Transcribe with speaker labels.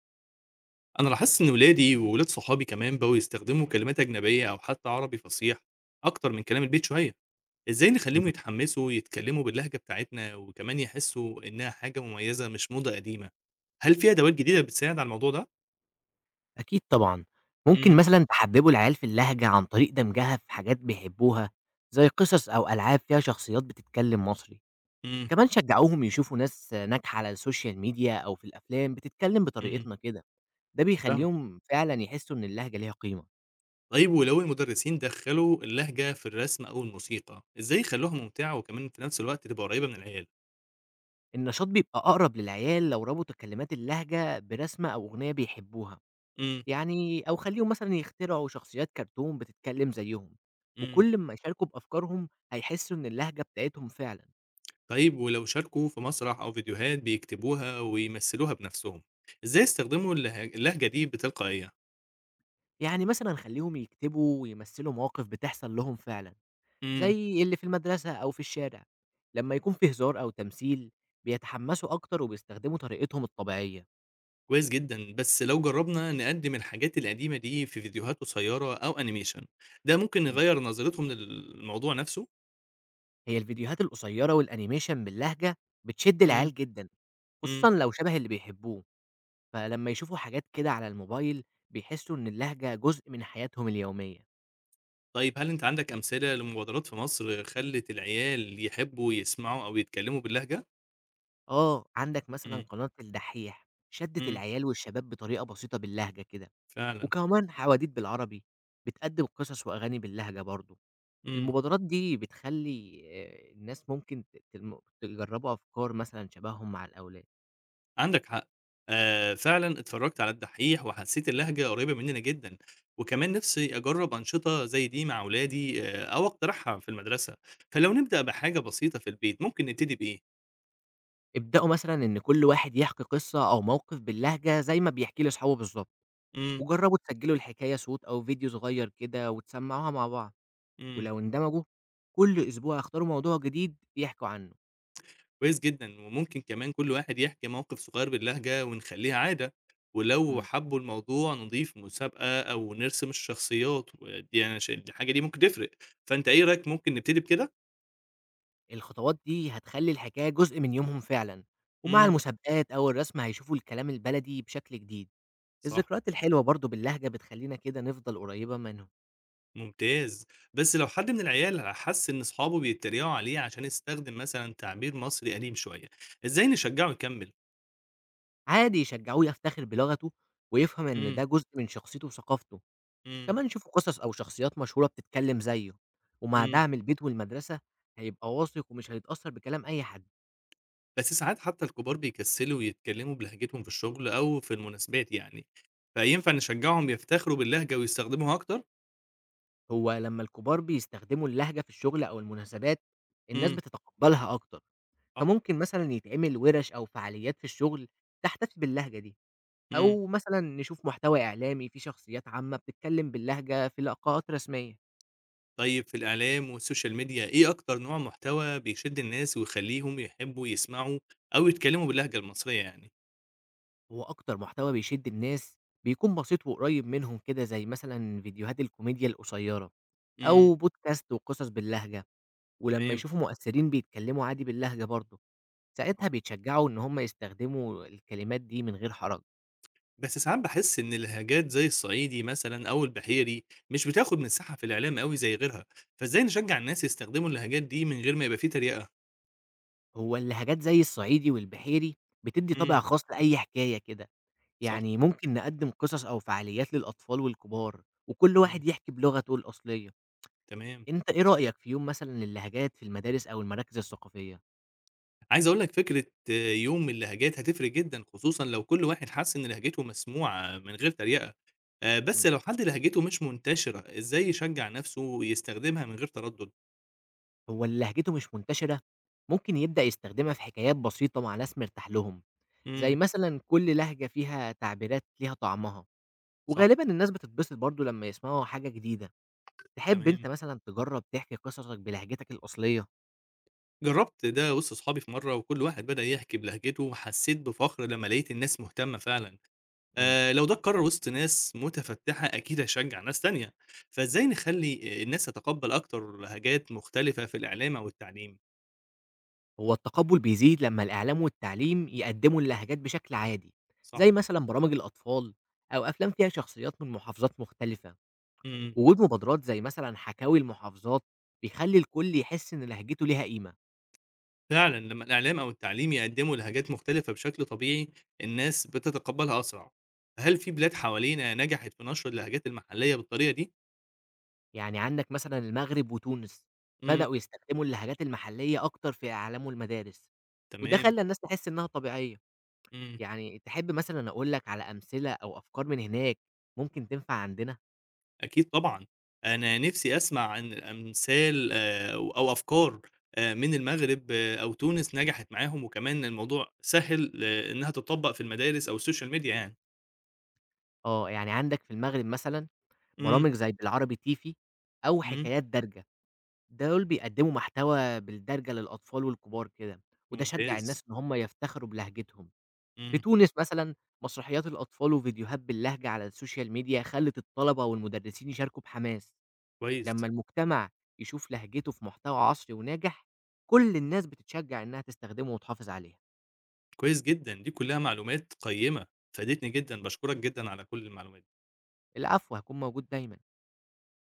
Speaker 1: أنا لاحظت إن ولادي وولاد صحابي كمان بقوا يستخدموا كلمات أجنبية أو حتى عربي فصيح أكتر من كلام البيت شوية، إزاي نخليهم
Speaker 2: إمم،
Speaker 1: يتحمسوا يتكلموا باللهجة بتاعتنا وكمان يحسوا إنها حاجة مميزة مش موضة قديمة؟ هل في أدوات جديدة بتساعد على الموضوع ده؟
Speaker 2: أكيد طبعًا، ممكن
Speaker 1: إمم،
Speaker 2: مثلًا تحببوا العيال في اللهجة عن طريق دمجها في حاجات بيحبوها، زي قصص أو ألعاب فيها شخصيات بتتكلم مصري،
Speaker 1: إمم،
Speaker 2: كمان شجعوهم يشوفوا ناس ناجحة على السوشيال ميديا أو في الأفلام بتتكلم
Speaker 1: إمم،
Speaker 2: بطريقتنا كده، ده
Speaker 1: فاهمك.
Speaker 2: بيخليهم فعلًا يحسوا إن اللهجة ليها قيمة،
Speaker 1: طيب ولو المدرسين دخلوا اللهجة في الرسم أو الموسيقى، إزاي يخلوها ممتعة وكمان في نفس الوقت تبقى قريبة من العيال؟
Speaker 2: النشاط بيبقى أقرب للعيال لو ربطوا كلمات اللهجة برسمة أو أغنية بيحبوها،
Speaker 1: إمم،
Speaker 2: يعني أو خليهم مثلًا يخترعوا شخصيات كرتون بتتكلم زيهم،
Speaker 1: إمم.
Speaker 2: وكل أمّا يشاركوا بأفكارهم هيحسوا إن اللهجة بتاعتهم فعلًا.
Speaker 1: طيب ولو شاركوا في مسرح أو فيديوهات بيكتبوها ويمثلوها بنفسهم، إزاي يستخدموا اللهجة دي بتلقائية؟
Speaker 2: يعني مثلًا خلّيهم يكتبوا ويمثّلوا مواقف بتحصل لهم فعلًا،
Speaker 1: امم
Speaker 2: زي اللي في المدرسة أو في الشارع، لمّا يكون في هزار أو تمثيل بيتحمّسوا أكتر وبيستخدموا طريقتهم الطبيعية.
Speaker 1: كويس جدا، بس لو جربنا نقدم الحاجات القديمة دي في فيديوهات قصيرة أو أنيميشن، ده ممكن
Speaker 2: إمم،
Speaker 1: يغير نظرتهم للموضوع نفسه؟
Speaker 2: هي الفيديوهات القصيّرة والأنيميشن باللهجة بتشد
Speaker 1: امم،
Speaker 2: العيال جدًا،
Speaker 1: امم.
Speaker 2: خصوصًا لو شبه اللي بيحبوه، فلمّا يشوفوا حاجات كده على الموبايل بيحسّوا إن اللهجة جزء من حياتهم اليومية.
Speaker 1: طيب هل أنت عندك أمثلة لمبادرات في مصر خلت العيال يحبوا يسمعوا أو يتكلموا باللهجة؟
Speaker 2: آه، عندك مثلًا
Speaker 1: امم،
Speaker 2: قناة الدحّيح شدّت
Speaker 1: امم،
Speaker 2: العيال والشباب بطريقة بسيطة باللهجة كده،
Speaker 1: فعلا،
Speaker 2: وكمان حواديت بالعربي بتقدم قصص وأغاني باللهجة برضه.
Speaker 1: امم.
Speaker 2: المبادرات دي بتخلّي الناس ممكن تلم تجرّبوا أفكار مثلًا شبههم مع الأولاد.
Speaker 1: عندك حق. فعلًا اتفرّجت على الدحّيح وحسّيت اللهجة قريّبة مننا جدًا، وكمان نِفْسي أجرّب أنشطة زي دي مع ولادي أو أقترحها في المدرسة، فلو نبدأ بحاجة بسيطة في البيت ممكن نبتدي بإيه؟
Speaker 2: ابدأوا مثلًا إن كل واحد يحكي قصة أو موقف باللهجة زي ما بيحكيه لأصحابه بالضبط،
Speaker 1: إمم،
Speaker 2: وجرّبوا تسجّلوا الحكاية صوت أو فيديو صغير كده وتسمّعوها مع بعض،
Speaker 1: إمم،
Speaker 2: ولو اندمجوا كل أسبوع اختاروا موضوع جديد يحكوا عنه.
Speaker 1: كويس جدًا، وممكن كمان كل واحد يحكي موقف صغير باللهجة ونخلّيها عادة، ولو
Speaker 2: إمم.
Speaker 1: حبّوا الموضوع نضيف مسابقة أو نرسم الشخصيات ودي أنا ش الحاجة دي ممكن تفرق، فأنت إيه رأيك ممكن نبتدي بكده؟
Speaker 2: الخطوات دي هتخلّي الحكاية جزء من يومهم فعلًا، ومع
Speaker 1: إمم،
Speaker 2: المسابقات أو الرسم هيشوفوا الكلام البلدي بشكل جديد.
Speaker 1: صح.
Speaker 2: الذكريات الحلوة برضه باللهجة بتخلّينا كده نفضل قريبة منهم،
Speaker 1: ممتاز، بس لو حد من العيال حس إن أصحابه بيتريقوا عليه عشان استخدم مثلًا تعبير مصري قديم شوية، إزاي نشجعه يكمل؟
Speaker 2: عادي يشجعوه يفتخر بلغته ويفهم إن
Speaker 1: إمم،
Speaker 2: ده جزء من شخصيته وثقافته،
Speaker 1: إمم،
Speaker 2: كمان شوفوا قصص أو شخصيات مشهورة بتتكلم زيه، ومع
Speaker 1: إمم،
Speaker 2: دعم البيت والمدرسة هيبقى واثق ومش هيتأثر بكلام أي حد.
Speaker 1: بس ساعات حتى الكبار بيكسلوا يتكلموا بلهجتهم في الشغل أو في المناسبات يعني، فينفع نشجعهم يفتخروا باللهجة ويستخدموها أكتر؟
Speaker 2: هو لمّا الكبار بيستخدموا اللهجة في الشغل أو المناسبات الناس
Speaker 1: إمم،
Speaker 2: بتتقبلها أكتر،
Speaker 1: صح،
Speaker 2: فممكن مثلًا يتعمل ورش أو فعاليات في الشغل تحتفي باللهجة دي،
Speaker 1: إمم.
Speaker 2: أو مثلًا نشوف محتوى إعلامي فيه شخصيات عامة بتتكلم باللهجة في لقاءات رسمية.
Speaker 1: طيب في الإعلام والسوشيال ميديا إيه أكتر نوع محتوى بيشد الناس ويخليهم يحبوا يسمعوا أو يتكلموا باللهجة المصرية يعني؟
Speaker 2: هو أكتر محتوى بيشد الناس بيكون بسيط وقريب منهم كده زي مثلًا فيديوهات الكوميديا القصيّرة
Speaker 1: إمم،
Speaker 2: أو بودكاست وقصص باللهجة، ولمّا
Speaker 1: تمام.
Speaker 2: يشوفوا مؤثّرين بيتكلّموا عادي باللهجة برضه، ساعتها بيتشجّعوا إن هم يستخدموا الكلمات دي من غير حرج.
Speaker 1: بس ساعات باحس إن اللهجات زي الصعيدي مثلًا أو البحيري مش بتاخد مساحة في الإعلام أوي زي غيرها، فإزاي نشجّع الناس يستخدموا اللهجات دي من غير ما يبقى في تريقة؟
Speaker 2: هو اللهجات زي الصعيدي والبحيري بتدّي
Speaker 1: إمم،
Speaker 2: طابع خاص لأي حكاية كده،
Speaker 1: صح،
Speaker 2: يعني ممكن نقدّم قصص أو فعاليات للأطفال والكبار وكل
Speaker 1: إمم،
Speaker 2: واحد يحكي بلغته الأصلية.
Speaker 1: تمام.
Speaker 2: أنت إيه رأيك في يوم مثلًا للهجات في المدارس أو المراكز الثقافية؟
Speaker 1: عايز أقول لك فكرة، آه، يوم اللهجات هتفرق جدًا، خصوصًا لو كل واحد حس إن لهجته مسموعة من غير تريقة. بس
Speaker 2: إمم.
Speaker 1: لو حد لهجته مش منتشرة إزاي يشجّع نفسه يستخدمها من غير تردد؟
Speaker 2: هو اللي لهجته مش منتشرة ممكن يبدأ يستخدمها في حكايات بسيطة مع ناس مرتاح لهم، زي
Speaker 1: إمم،
Speaker 2: مثلًا كل لهجة فيها تعبيرات ليها طعمها،
Speaker 1: صح،
Speaker 2: وغالبًا الناس بتتبسط برضه لمّا يسمعوا حاجة جديدة، تحب أنت
Speaker 1: تمام.
Speaker 2: مثلًا تجرب تحكي قصصك بلهجتك الأصلية؟
Speaker 1: جرّبت ده وسط صحابي في مرّة وكل واحد بدأ يحكي بلهجته وحسّيت بفخر لمّا لقيت الناس مهتمة فعلًا،
Speaker 2: إمم،
Speaker 1: لو ده اتكرر وسط ناس متفتّحة أكيد هيشجّع ناس تانية، فإزاي نخلّي الناس تتقبّل أكتر لهجات مختلفة في الإعلام أو التعليم؟
Speaker 2: هو التقبُّل بيزيد لمّا الإعلام والتعليم يقدّموا اللهجات بشكل عادي،
Speaker 1: صح،
Speaker 2: زي مثلًا برامج الأطفال أو أفلام فيها شخصيات من محافظات مختلفة،
Speaker 1: إمم.
Speaker 2: وجود مبادرات زي مثلًا حكاوي المحافظات بيخلّي الكل يحس إن لهجته ليها قيمة.
Speaker 1: فعلًا لمّا الإعلام أو التعليم يقدّموا لهجات مختلفة بشكل طبيعي، الناس بتتقبّلها أسرع، هل في بلاد حوالينا نجحت في نشر اللهجات المحلية بالطريقة دي؟
Speaker 2: يعني عندك مثلًا المغرب وتونس،
Speaker 1: إمم،
Speaker 2: بدأوا يستخدموا اللهجات المحلية أكتر في إعلام والمدارس، وده
Speaker 1: تمام،
Speaker 2: خلّى الناس تحس إنها طبيعية،
Speaker 1: إمم.
Speaker 2: يعني تحب مثلًا أقول لك على أمثلة أو أفكار من هناك ممكن تنفع عندنا؟
Speaker 1: أكيد طبعًا، أنا نِفْسي أسمع عن أمثال أو أفكار من المغرب، آه، أو تونس نجحت معاهم، وكمان الموضوع سهل إنها تتطبّق في المدارس أو السوشيال ميديا يعني.
Speaker 2: آه، يعني عندك في المغرب مثلًا
Speaker 1: إمم،
Speaker 2: برامج زي بالعربي تيفي أو
Speaker 1: إمم،
Speaker 2: حكايات دارجة، دول بيقدموا محتوى بالدارجة للأطفال والكبار كده، وده شجّع
Speaker 1: ممتاز،
Speaker 2: الناس إن هم يفتخروا بلهجتهم. في
Speaker 1: إمم،
Speaker 2: تونس مثلًا مسرحيات الأطفال وفيديوهات باللهجة على السوشيال ميديا خلّت الطلبة والمدرسين يشاركوا بحماس.
Speaker 1: كويس،
Speaker 2: لمّا المجتمع يشوف لهجته في محتوى عصري وناجح، كل الناس بتتشجّع إنها تستخدمه وتحافظ عليه،
Speaker 1: كويس جدًا، دي كلّها معلومات قيّمة، فادتني جدًا، باشكرك جدًا على كل المعلومات.
Speaker 2: العفو هيكون موجود دايمًا.